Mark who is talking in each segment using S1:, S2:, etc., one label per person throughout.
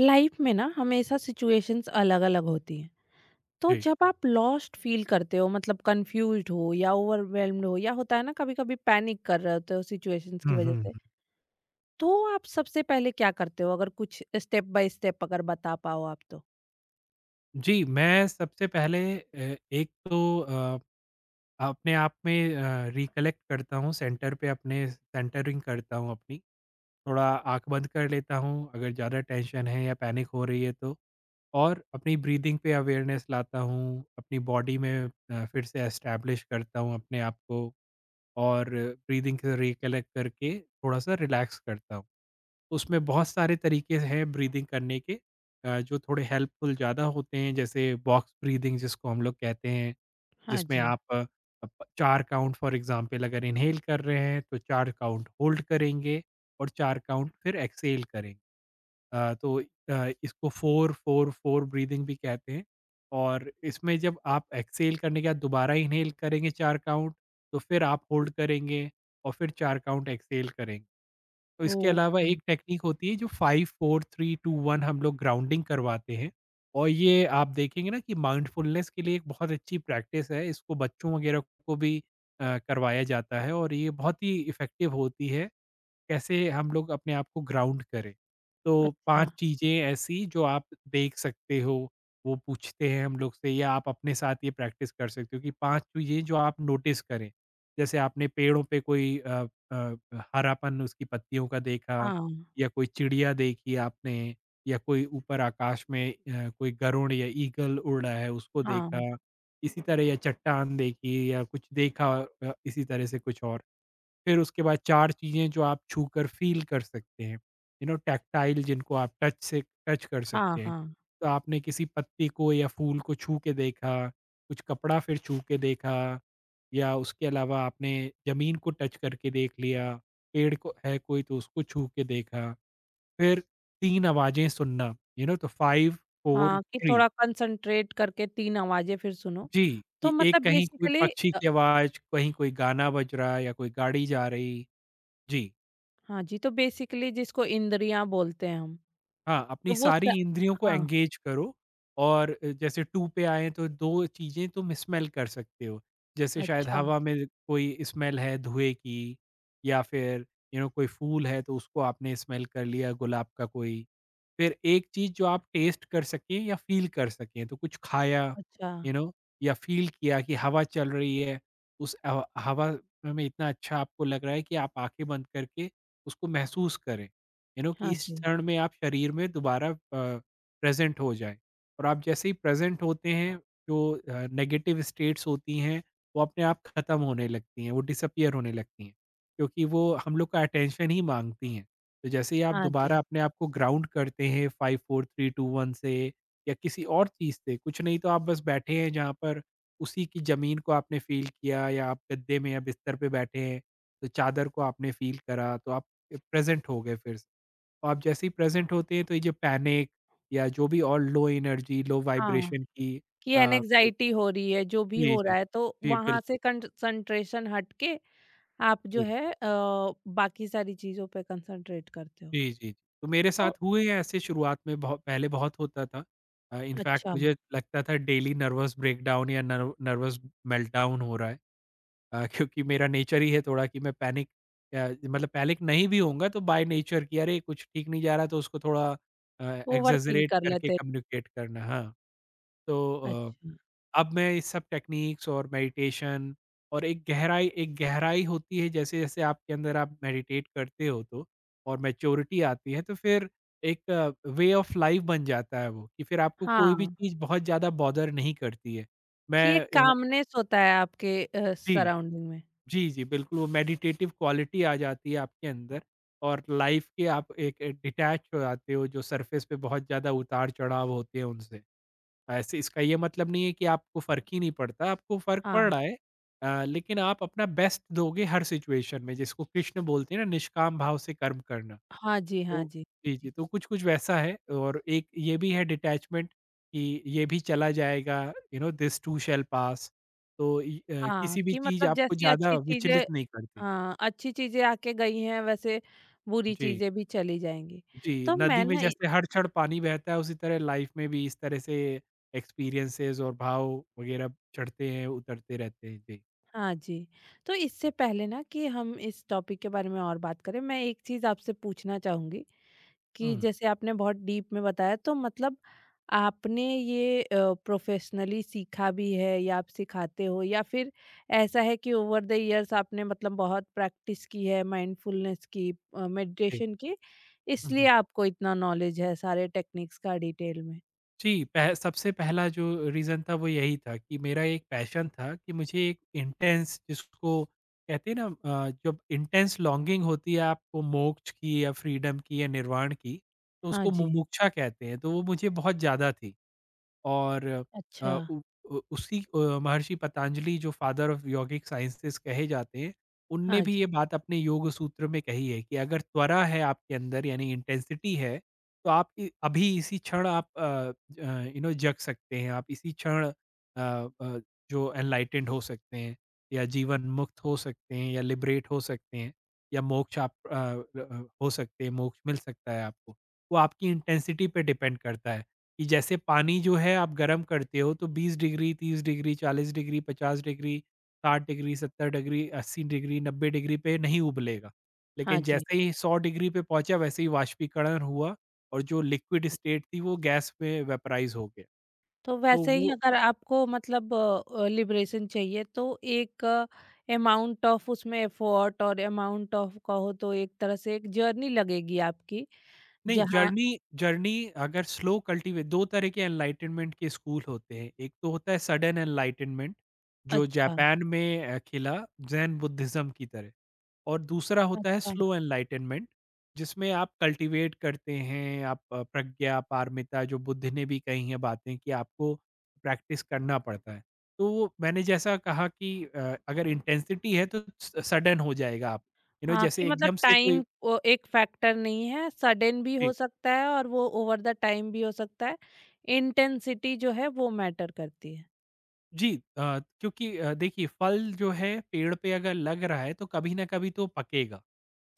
S1: Life में ना हमेशा सिचुएशंस अलग-अलग होती हैं। तो
S2: जी।
S1: जब आप लॉस्ट फील करते हो मतलब कन्फ्यूज्ड हो या ओवरवेल्म्ड हो या होता है ना कभी-कभी पैनिक कर रहे होते हो सिचुएशंस की
S2: हुँ,
S1: वजह
S2: हुँ,
S1: से,
S2: हुँ।
S1: तो आप सबसे पहले क्या करते हो? अगर कुछ स्टेप बाय स्टेप अगर बता पाओ आप तो?
S2: जी, मैं सबसे पहले एक तो अपने आप में रिकलेक्ट करता हूँ सेंटर पे अपने सेंटरिंग करता हूँ अपनी। थोड़ा आँख बंद कर लेता हूँ अगर ज़्यादा टेंशन है या पैनिक हो रही है तो। और अपनी ब्रीथिंग पे अवेयरनेस लाता हूँ, अपनी बॉडी में फिर से एस्टैब्लिश करता हूँ अपने आप को और ब्रीथिंग से रिकलेक्ट करके थोड़ा-सा रिलैक्स करता हूँ। उसमें बहुत सारे तरीके हैं ब्रीदिंग करने के जो थोड़े हेल्पफुल ज़्यादा होते हैं जैसे बॉक्स ब्रीदिंग जिसको हम लोग कहते हैं,
S1: हाँ
S2: जिसमें
S1: जी।
S2: आप अ, अप 4 काउंट फॉर एग्ज़ाम्पल अगर इन्हेल कर रहे हैं तो 4 काउंट होल्ड करेंगे और 4 काउंट फिर एक्सहेल करेंगे। अ, तो इसको 4-4-4 ब्रीदिंग भी कहते हैं और इसमें जब आप एक्सहेल करने के बाद दोबारा इन्हेल करेंगे 4 काउंट तो फिर आप होल्ड करेंगे और फिर 4 काउंट एक्सहेल करेंगे। तो इसके अलावा
S1: ओके,
S2: एक टेक्नीक होती है जो 5, 4, 3, 2, 1 हम लोग ग्राउंडिंग करवाते हैं और ये आप देखेंगे ना कि माइंडफुलनेस के लिए एक बहुत अच्छी प्रैक्टिस है। इसको बच्चों वगैरह को भी करवाया जाता है और ये बहुत ही इफ़ेक्टिव होती है। कैसे हम लोग अपने आप को ग्राउंड करें। तो
S1: अच्छा।
S2: 5 चीज़ें ऐसी जो आप देख सकते हो, वो पूछते हैं हम लोग से या आप अपने साथ ये प्रैक्टिस कर सकते हो कि 5 चीज़ें जो आप नोटिस करें। जैसे आपने पेड़ों पे कोई अ, हरापन उसकी पत्तियों का देखा
S1: हाँ,
S2: या कोई चिड़िया देखी आपने या कोई ऊपर आकाश में कोई गरुड़ या ईगल उड़ रहा है उसको देखा।
S1: हाँ,
S2: इसी तरह या चट्टान देखी या कुछ देखा इसी तरह से कुछ और। फिर उसके बाद 4 चीज़ें जो आप छूकर फ़ील कर सकते हैं, यू नो टैक्टाइल जिनको आप टच से टच कर
S1: हाँ,
S2: सकते हैं।
S1: हाँ,
S2: तो आपने किसी पत्ती को या फूल को छू के देखा, कुछ कपड़ा फिर छू के देखा या उसके अलावा आपने ज़मीन को टच करके देख लिया, पेड़ को है कोई तो उसको छू के देखा। फिर 3 आवाज़ें सुनना, यू नो तो 5, 4,
S1: हाँ, कि
S2: 3।
S1: थोड़ा कंसंट्रेट करके 3 आवाज़ें फिर सुनो।
S2: जी,
S1: तो
S2: कि एक
S1: मतलब
S2: कहीं कोई
S1: बेसिकली
S2: पक्षी
S1: अ,
S2: की आवाज़, कहीं कोई गाना बज रहा है या कोई गाड़ी जा रही। जी।
S1: हाँ जी, तो बेसिकली जिसको इंद्रियाँ बोलते हैं हम,
S2: हाँ,
S1: तो
S2: अपनी
S1: वो
S2: सारी
S1: स
S2: इंद्रियों को
S1: हाँ।
S2: एंगेज करो और जैसे 2 पे आएँ तो 2 चीज़ें तुम स्मेल कर सकते हो। जैसे शायद
S1: अच्छा,
S2: हवा में कोई स्मेल है धुएँ की या फिर यू नो कोई फूल है तो उसको आपने स्मेल कर लिया गुलाब का कोई। फिर एक चीज़ जो आप टेस्ट कर सकें या फ़ील कर सकें तो कुछ खाया,
S1: अच्छा।
S2: यू नो, या फ़ील किया कि हवा चल रही है, उस हवा में इतना अच्छा आपको लग रहा है कि आप आँखें बंद करके उसको महसूस करें। यू नो कि
S1: हाँ
S2: इस
S1: जी,
S2: क्षण में आप शरीर में दोबारा प्रेजेंट हो जाएँ। और आप जैसे ही प्रेजेंट होते हैं, जो नेगेटिव स्टेट्स होती हैं, वो अपने आप खत्म होने लगती हैं, वो डिसअपीयर होने लगती हैं, क्योंकि वो हम लोग का अटेंशन ही माँगती हैं। तो जैसे ही आप
S1: हाँ
S2: दोबारा
S1: जी,
S2: अपने आप को ग्राउंड करते हैं 5 4 3 2 1 से या किसी और चीज़ से, कुछ नहीं तो आप बस बैठे हैं जहाँ पर उसी की ज़मीन को आपने फ़ील किया या आप गद्दे में या बिस्तर पे बैठे हैं, तो चादर को आपने फ़ील करा, तो आप प्रेजेंट हो गए फिर से। तो आप जैसे ही प्रेज़ेंट होते हैं तो ये जो पैनिक या जो भी और लो एनर्जी, लो
S1: हाँ,
S2: वाइब्रेशन की
S1: कि
S2: अ,
S1: एनेक्साइटी हो रही है, जो भी
S2: जी,
S1: हो रहा
S2: जी।
S1: है, तो
S2: जी,
S1: वहाँ से
S2: बिल्कुल।
S1: कंसंट्रेशन हट के आप जो
S2: जी।
S1: है बाकी सारी चीज़ों पे कंसंट्रेट करते हो।
S2: जी, जी। तो मेरे साथ
S1: तो
S2: हुए हैं ऐसे शुरुआत में बहु पहले बहुत होता था। इनफैक्ट
S1: अच्छा,
S2: मुझे लगता था डेली नर्वस ब्रेकडाउन या नर्वस मेल्टडाउन हो रहा है। क्योंकि मेरा नेचर ही है थोड़ा कि मतलब पैनिक नहीं भी होऊँगा तो बाय नेचर कि अरे कुछ ठीक नहीं जा रहा तो उसको थोड़ा अ,
S1: ओवरथिंक
S2: एक्सेजरेट
S1: कर
S2: करके
S1: लेते हैं।
S2: कम्युनिकेट करना। हाँ, तो अ
S1: अच्छा,
S2: अब मैं ये सब टेक्निक्स और मेडिटेशन और एक गहराई होती है जैसे-जैसे आपके अंदर आप मेडिटेट करते हो तो और मैच्योरिटी आती है तो फिर एक वे ऑफ लाइफ बन जाता है वो कि फिर आपको कोई भी
S1: हाँ,
S2: चीज़ बहुत ज़्यादा बॉदर नहीं करती है।
S1: कि
S2: मैं
S1: एक
S2: अ,
S1: कामनेस होता है आपके
S2: जी,
S1: सराउंडिंग में।
S2: जी, जी, बिल्कुल वो मेडिटेटिव क्वालिटी आ जाती है आपके अंदर और लाइफ के आप एक डिटैच हो जाते हो जो सरफेस पे बहुत ज़्यादा उतार-चढ़ाव होते हैं उनसे। ऐसे इसका ये मतलब नहीं है कि आपको फ़र्क ही नहीं पड़ता, आपको फ़र्क पड़
S1: हाँ,
S2: रहा है, लेकिन आप अपना बेस्ट दोगे हर सिचुएशन में, जिसको कृष्ण बोलते हैं ना निष्काम भाव से कर्म करना।
S1: हाँ जी, हाँ
S2: तो
S1: जी।
S2: जी, जी, तो कुछ-कुछ वैसा है और एक ये भी है डिटैचमेंट कि ये भी चला जाएगा, you know this too shall pass. तो
S1: हाँ,
S2: किसी भी
S1: कि
S2: चीज़
S1: मतलब
S2: आपको
S1: जैसी
S2: ज़्यादा
S1: अच्छी चीज़ें
S2: विचलित नहीं करती।
S1: हाँ, अच्छी चीज़ें आके गई हैं वैसे बुरी
S2: जी।
S1: चीज़ें भी चली जाएँगी।
S2: जी,
S1: तो
S2: नदी
S1: मैं
S2: में
S1: ना इ
S2: जैसे हर क्षण पानी बहता है, उसी तरह लाइफ में भी इस तरह से एक्सपीरियंसेस और भाव वगैरह चढ़ते हैं, उतरते रहते हैं। जी।
S1: हाँ जी, तो इससे पहले ना कि हम इस टॉपिक के बारे में और बात करें, मैं एक चीज़ आपसे पूछना चाहूँगी कि
S2: हुँ।
S1: जैसे आपने बहुत डीप में बताया तो मतलब आपने ये प्रोफेशनली सीखा भी है या आप सिखाते हो या फिर ऐसा है कि ओवर द इयर्स आपने मतलब बहुत प्रैक्टिस की है माइंडफुलनेस की
S2: जी।
S1: मेडिटेशन की
S2: हुँ,
S1: इसलिए
S2: हुँ।
S1: आपको इतना नॉलेज है सारे टेक्निक्स का डिटेल में।
S2: जी, पह सबसे पहला जो रीज़न था वो यही था कि मेरा एक पैशन था कि मुझे एक इंटेंस जिसको कहते हैं ना, जब इंटेंस लॉन्गिंग होती है आपको मोक्ष की या फ्रीडम की या निर्वाण की, तो
S1: हाँ
S2: उसको
S1: जी,
S2: मुमुक्षा कहते हैं, तो वो मुझे बहुत ज़्यादा थी। और अ,
S1: अच्छा,
S2: उ उ उसी महर्षि पतंजलि जो फादर ऑफ योगिक साइंसेज़ कहे जाते हैं, उनने
S1: हाँ
S2: भी
S1: जी,
S2: ये बात अपने योग सूत्र में कही है कि अगर त्वरा है आपके अंदर यानी इंटेंसिटी है, तो आप इ अभी इसी क्षण आप यू नो जग सकते हैं, आप इसी क्षण अ, जो एनलाइटेंड हो सकते हैं या जीवन मुक्त हो सकते हैं या लिबरेट हो सकते हैं या मोक्ष आप अ, र अ, हो सकते हैं, मोक्ष मिल सकता है आपको। वो आपकी इंटेंसिटी पे डिपेंड करता है। कि जैसे पानी जो है आप गर्म करते हो तो 20 degree 30 degree 40 degree 50 degree 60 degree 70 degree 80 degree 90 degree पे नहीं उबलेगा,
S1: हाँ
S2: लेकिन
S1: जी,
S2: जैसे ही 100 डिग्री पे पहुंचा वैसे ही वाष्पीकरण हुआ और जो लिक्विड स्टेट थी वो गैस में वेपराइज हो गया।
S1: तो
S2: तो
S1: वैसे ही
S2: वो
S1: अगर आपको मतलब लिबरेशन चाहिए तो एक अमाउंट ऑफ उसमें एफर्ट और अमाउंट ऑफ कहो तो एक तरह से एक जर्नी लगेगी आपकी
S2: नहीं
S1: जहाँ।
S2: जर्नी जर्नी अगर स्लो कल्टीवेट दो तरह के एनलाइटनमेंट के स्कूल होते हैं, एक तो होता है सडन एनलाइटनमेंट जो
S1: अच्छा,
S2: जापान में खिला जैन बुद्धिज्म की तरह और दूसरा होता है
S1: अच्छा,
S2: स्लो एनलाइटनमेंट जिसमें आप कल्टीवेट करते हैं आप प्रज्ञा पारमिता जो बुद्ध ने भी कही हैं बातें कि आपको प्रैक्टिस करना पड़ता है। तो वो मैंने जैसा कहा कि अगर इंटेंसिटी है तो सडन हो जाएगा आप, यू नो
S1: हाँ, कि
S2: जैसे
S1: मतलब
S2: एकदम से कोई।
S1: टाइम एक फैक्टर नहीं है, सडन भी
S2: जी,
S1: हो सकता है और वो ओवर द टाइम भी हो सकता है, इंटेंसिटी जो है वो मैटर करती है।
S2: जी। क्योंकि देखिए फल जो है पेड़ पे अगर लग रहा है तो कभी ना कभी तो पकेगा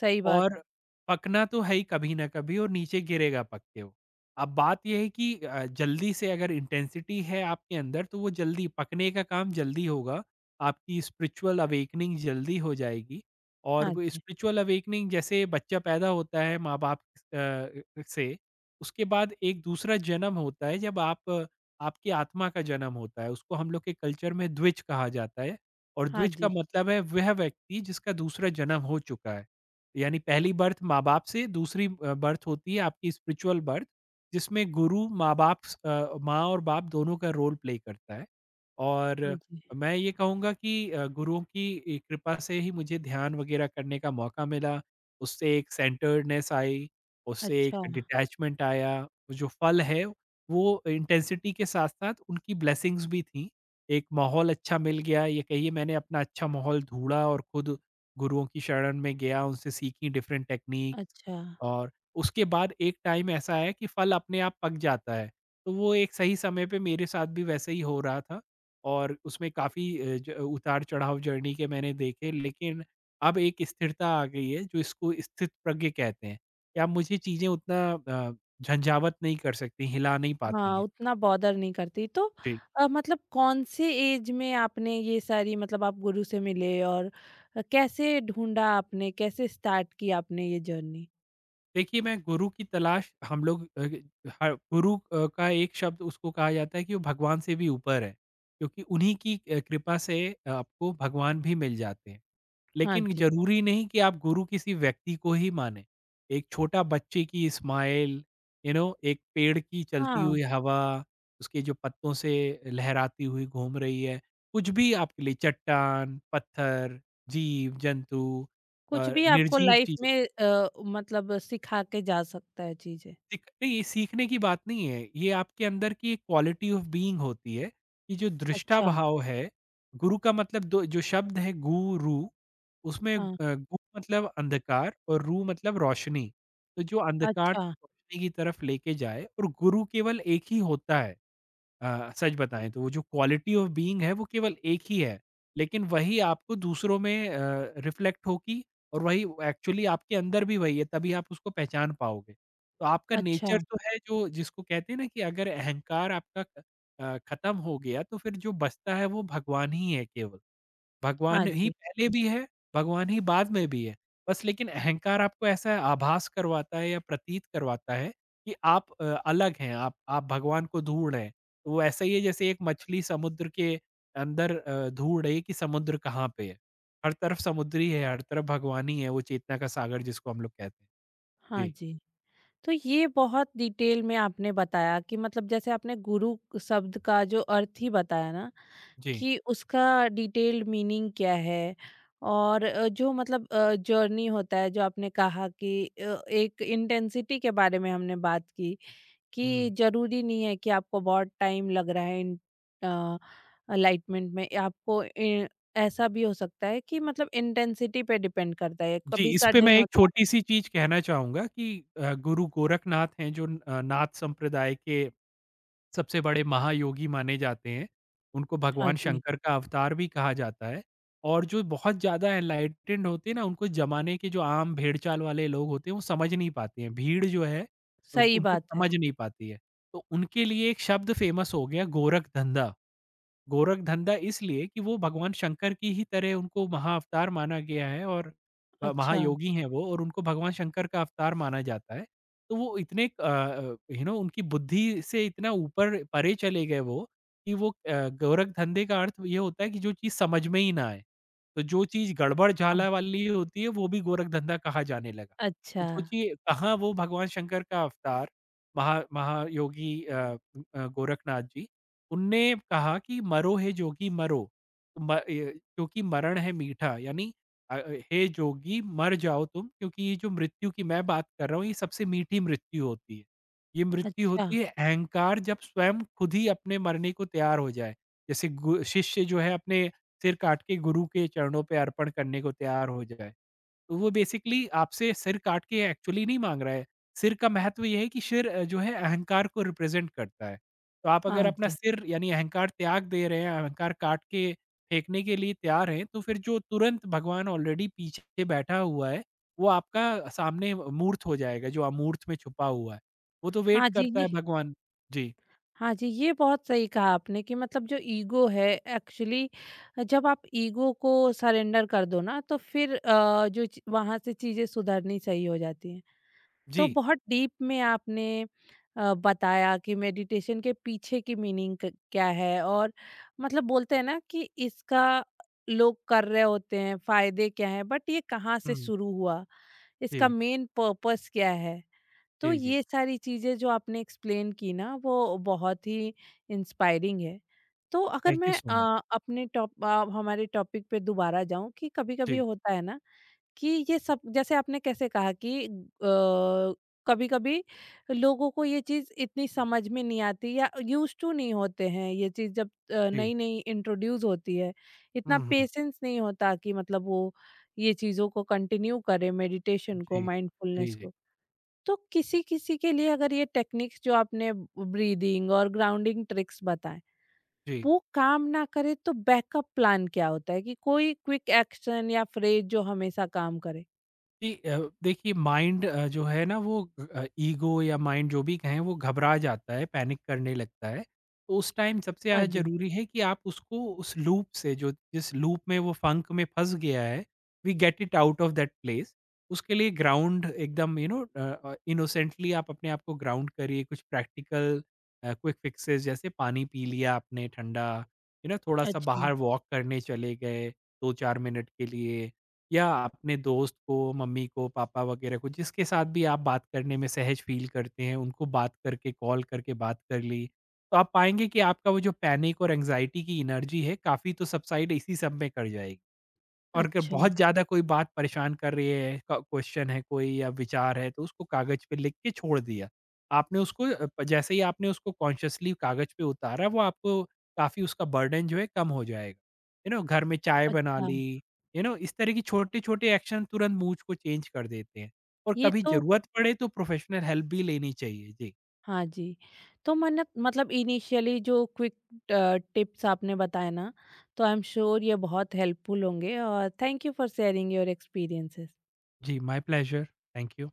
S1: सही बात
S2: और
S1: है।
S2: पकना तो है ही कभी ना कभी, और नीचे गिरेगा पक के वो। अब बात ये है कि जल्दी से अगर इंटेंसिटी है आपके अंदर तो वो जल्दी पकने का काम जल्दी होगा। आपकी स्पिरिचुअल अवेकनिंग जल्दी हो जाएगी और
S1: हाँ
S2: वो
S1: जी,
S2: स्पिरिचुअल अवेकनिंग जैसे बच्चा पैदा होता है माँ-बाप से, उसके बाद एक दूसरा जन्म होता है जब आप आपकी आत्मा का जन्म होता है। उसको हम लोग के कल्चर में द्विज कहा जाता है और
S1: हाँ
S2: द्विज का
S1: जी,
S2: मतलब है वह व्यक्ति जिसका दूसरा जन्म हो चुका है। यानी पहली बर्थ माँ-बाप से, दूसरी बर्थ होती है आपकी स्पिरिचुअल बर्थ, जिसमें गुरु, माँ और बाप दोनों का रोल प्ले करता है। और
S1: हाँ जी,
S2: मैं ये कहूँगा कि गुरुओं की ए कृपा से ही मुझे ध्यान वगैरह करने का मौका मिला। उससे एक सेंटर्डनेस आई, उससे
S1: अच्छा,
S2: एक डिटैचमेंट आया। जो फल है, वो इंटेंसिटी के साथ-साथ उनकी ब्लेसिंग्स भी थीं। एक माहौल अच्छा मिल गया, ये कहिए मैंने अपना अच्छा माहौल ढूँढा और खुद गुरुओं की शरण में गया, उनसे सीखी डिफरेंट टेक्नीक्स।
S1: अच्छा,
S2: और उसके बाद एक टाइम ऐसा आया कि फल अपने आप पक जाता है। तो वो एक सही समय पे मेरे साथ भी वैसे ही हो रहा था और उसमें काफ़ी अ, ज उतार-चढ़ाव जर्नी के मैंने देखे, लेकिन अब एक स्थिरता आ गई है जो इसको स्थितप्रज्ञ कहते हैं, कि अब मुझे चीज़ें उतना झंझावत नहीं कर सकती, हिला नहीं पाती
S1: हाँ,
S2: हैं।
S1: उतना बॉदर नहीं करती। तो
S2: जी।
S1: मतलब कौन से ऐज में आपने ये सारी मतलब आप गुरु से मिले और कैसे ढूँढा आपने, कैसे स्टार्ट की आपने ये जर्नी?
S2: देखिए, मैं गुरु की तलाश हम लोग अ, ह गुरु का एक शब्द उसको कहा जाता है कि वो भगवान से भी ऊपर है, क्योंकि उन्हीं की कृपा से आपको भगवान भी मिल जाते हैं।
S1: हाँ
S2: लेकिन
S1: जी।
S2: ज़रूरी नहीं कि आप गुरु किसी व्यक्ति को ही मानें। एक छोटा बच्चे की स्माइल, यू नो एक पेड़ की चलती
S1: हाँ,
S2: हुई हवा, उसके जो पत्तों से लहराती हुई घूम रही है, कुछ भी आपके लिए चट्टान, पत्थर, जीव, जंतु, अ,
S1: कुछ भी आपको
S2: निर्जीव
S1: लाइफ
S2: चीज़ें
S1: में मतलब सिखा के जा सकता है चीज़ें।
S2: सीख नहीं, ये सीखने की बात नहीं है। ये आपके अंदर की एक क्वालिटी ऑफ बीइंग होती है, कि जो दृष्टा हाँ।
S1: अच्छा,
S2: भाव है, गुरु का मतलब दो जो शब्द है गुरु, उसमें
S1: हाँ,
S2: गु मतलब अंधकार और रू मतलब रोशनी। तो जो अंधकार
S1: अच्छा,
S2: रोशनी की तरफ लेके जाए और गुरु केवल एक ही होता है। सच बताएँ तो वो जो क्वालिटी ऑफ बीइंग है वो केवल एक ही है, लेकिन वही आपको दूसरों में रिफ्लेक्ट होगी और वही एक्चुअली आपके अंदर भी वही है तभी आप उसको पहचान पाओगे। तो आपका
S1: अच्छा।
S2: नेचर तो है जो जिसको कहते हैं ना कि अगर अहंकार आपका ख़त्म हो गया तो फिर जो बचता है वो भगवान ही है केवल। भगवान
S1: हाँ
S2: ही
S1: जी,
S2: पहले भी है, भगवान ही बाद में भी है। बस लेकिन अहंकार आपको ऐसा आभास करवाता है या प्रतीत करवाता है कि आप अलग हैं, आप भगवान को ढूँढ रहे हैं। तो वो ऐसा ही है जैसे एक मछली समुद्र के अंदर ढूँढ रही है कि समुद्र कहाँ पे है। हर तरफ समुद्री है, हर तरफ भगवान ही है, वो चेतना का सागर जिसको हम लोग कहते हैं।
S1: हाँ
S2: जी,
S1: जी। तो ये बहुत डिटेल में आपने बताया कि मतलब जैसे आपने गुरु शब्द का जो अर्थ ही बताया ना
S2: जी।
S1: कि उसका डिटेल्ड मीनिंग क्या है और जो मतलब जर्नी होता है जो आपने कहा कि एक इंटेंसिटी के बारे में हमने बात की कि
S2: हुँ।
S1: जरूरी नहीं है कि आपको बहुत टाइम लग रहा है इन अलाइटमेंट में आपको ए- ऐसा भी हो सकता है कि मतलब इंटेंसिटी पे डिपेंड करता है
S2: जी,
S1: कभी
S2: इस पे मैं
S1: सडन
S2: एक
S1: होता है।
S2: छोटी-सी चीज़ कहना चाहूँगा कि गुरु गोरखनाथ हैं जो नाथ संप्रदाय के सबसे बड़े महायोगी माने जाते हैं। उनको
S1: हाँ
S2: भगवान
S1: जी,
S2: शंकर का अवतार भी कहा जाता है और जो बहुत ज़्यादा एनलाइटेंड होते हैं ना, उनको ज़माने के जो आम भेड़-चाल वाले लोग होते हैं, वो समझ नहीं पाते हैं। भीड़ जो है, उ
S1: सही
S2: उनको
S1: बात है,
S2: समझ नहीं पाती है। तो उनके लिए एक शब्द फ़ेमस हो गया गोरखधंधा। गोरखधंधा इसलिए कि वो भगवान शंकर की ही तरह उनको महाअवतार माना गया है और
S1: अच्छा,
S2: महायोगी हैं वो और उनको भगवान शंकर का अवतार माना जाता है। तो वो इतने यू नो उनकी बुद्धि से इतना ऊपर परे चले गए वो कि वो गोरखधंधे का अर्थ ये होता है कि जो चीज़ समझ में ही ना आए। तो जो चीज़ गड़बड़
S1: हाँ,
S2: झाला वाली होती है वो भी गोरखधंधा कहा जाने लगा। तो
S1: अच्छा,
S2: सोचिए कहाँ वो भगवान शंकर का अवतार महा महायोगी गोरखनाथ जी, उनने कहा कि मरो हे जोगी मरो। क्योंकि मरण है मीठा यानी अ अ, हे जोगी मर जाओ तुम क्योंकि ये जो मृत्यु की मैं बात कर रहा हूँ ये सबसे मीठी मृत्यु होती है। ये मृत्यु
S1: अच्छा,
S2: होती है अहंकार जब स्वयं खुद ही अपने मरने को तैयार हो जाए। जैसे गु शिष्य जो है अपने सिर काट के गुरु के चरणों पे अर्पण करने को तैयार हो जाए। तो वो बेसिकली आपसे सिर काट के एक्चुअली नहीं माँग रहा है। सिर का महत्व ये है कि सिर जो है अहंकार को रिप्रेज़ेंट करता है। तो आप अगर
S1: हाँ
S2: अपना
S1: जी,
S2: सिर यानी अहंकार त्याग दे रहे हैं, अहंकार काट के फेंकने के लिए तैयार हैं, तो फिर जो तुरंत भगवान ऑलरेडी पीछे बैठा हुआ है, वो आपका सामने मूर्त हो जाएगा, जो अमूर्त में छुपा हुआ है। वो तो वेट
S1: हाँ जी।
S2: करता है भगवान जी,
S1: हाँ जी, ये बहुत सही कहा आपने कि मतलब जो ईगो है एक्चुअली जब आप ईगो को सरेंडर कर दो ना तो फिर वहाँ से चीज़ें सुधरनी सही हो जाती हैं। तो
S2: जी।
S1: बहुत डीप में आपने बताया कि मेडिटेशन के पीछे की मीनिंग क्या है और मतलब बोलते हैं ना कि इसका लोग कर रहे होते हैं फायदे क्या हैं बट ये कहाँ से
S2: हुँ,
S1: शुरू हुआ, इसका
S2: जी,
S1: मेन पर्पस क्या है, तो
S2: जी, जी।
S1: ये सारी चीज़ें जो आपने एक्सप्लेन की ना वो बहुत ही इंस्पायरिंग है। तो अगर
S2: थैंक यू
S1: मैं
S2: सो मच।
S1: अपने टॉप अ, हमारे टॉपिक पे दोबारा जाऊँ कि कभी-कभी
S2: जी,
S1: होता है ना कि ये सब जैसे आपने कैसे कहा कि कभी-कभी लोगों को ये चीज़ इतनी समझ में नहीं आती या यूज़्ड टू नहीं होते हैं ये चीज़ जब
S2: जी।
S1: नई-नई इंट्रोड्यूस होती है, इतना
S2: हुँ, हुँ।
S1: पेशेंस नहीं होता कि मतलब वो ये चीज़ों को कंटिन्यू करें मेडिटेशन को,
S2: जी, जी,
S1: माइंडफुलनेस
S2: जी,
S1: को। तो किसी किसी के लिए अगर ये टेक्निक्स जो आपने ब्रीदिंग और ग्राउंडिंग ट्रिक्स बताए
S2: जी।
S1: वो काम ना करे तो बैकअप प्लान क्या होता है कि कोई क्विक एक्शन या फ्रेज जो हमेशा काम करे?
S2: जी, देखिए माइंड जो है ना वो ईगो या माइंड जो भी कहें वो घबरा जाता है, पैनिक करने लगता है। तो उस टाइम सबसे
S1: हाँ
S2: ज़्यादा
S1: जी,
S2: ज़रूरी है कि आप उसको उस लूप से जो जिस लूप में वो फंक में फँस गया है, we get it out of that place. उसके लिए ग्राउंड एकदम यू नो इनोसेंटली आप अपने आप को ग्राउंड करिए, कुछ प्रैक्टिकल क्विक फिक्सेस जैसे पानी पी लिया आपने ठंडा, यू नो थोड़ा-सा
S1: अच्छा,
S2: बाहर वॉक करने चले गए 2-4 मिनट के लिए। या अपने दोस्त को, मम्मी को, पापा वगैरह को जिसके साथ भी आप बात करने में सहज फ़ील करते हैं, उनको बात करके कॉल करके बात कर ली। तो आप पाएँगे कि आपका वो जो पैनिक और एंग्ज़ायटी की एनर्जी है काफ़ी तो सबसाइड इसी सब में कर जाएगी। और अगर
S1: अच्छा,
S2: बहुत ज़्यादा कोई बात परेशान कर रही है, क क्वेश्चन है कोई या विचार है, तो उसको कागज़ पे लिख के छोड़ दिया। आपने उसको अ, प जैसे ही आपने उसको कॉन्शियसली कागज़ पे उतारा, वो आपको काफ़ी उसका बर्डन जो है कम हो जाएगा। यू नो घर में चाय बना
S1: अच्छा,
S2: ली, यू नो इस तरह की छोटे-छोटे एक्शन तुरंत मूड को चेंज कर देते हैं और
S1: ये
S2: कभी
S1: तो,
S2: ज़रूरत पड़े तो प्रोफ़ेशनल हेल्प भी लेनी चाहिए। जी।
S1: हाँ जी, तो मैंने मतलब इनिशियली जो क्विक टिप्स आपने बताए ना तो आई एम श्योर ये बहुत हेल्पफुल होंगे, और thank you for sharing your experiences.
S2: जी, माय प्लेज़र। Thank you.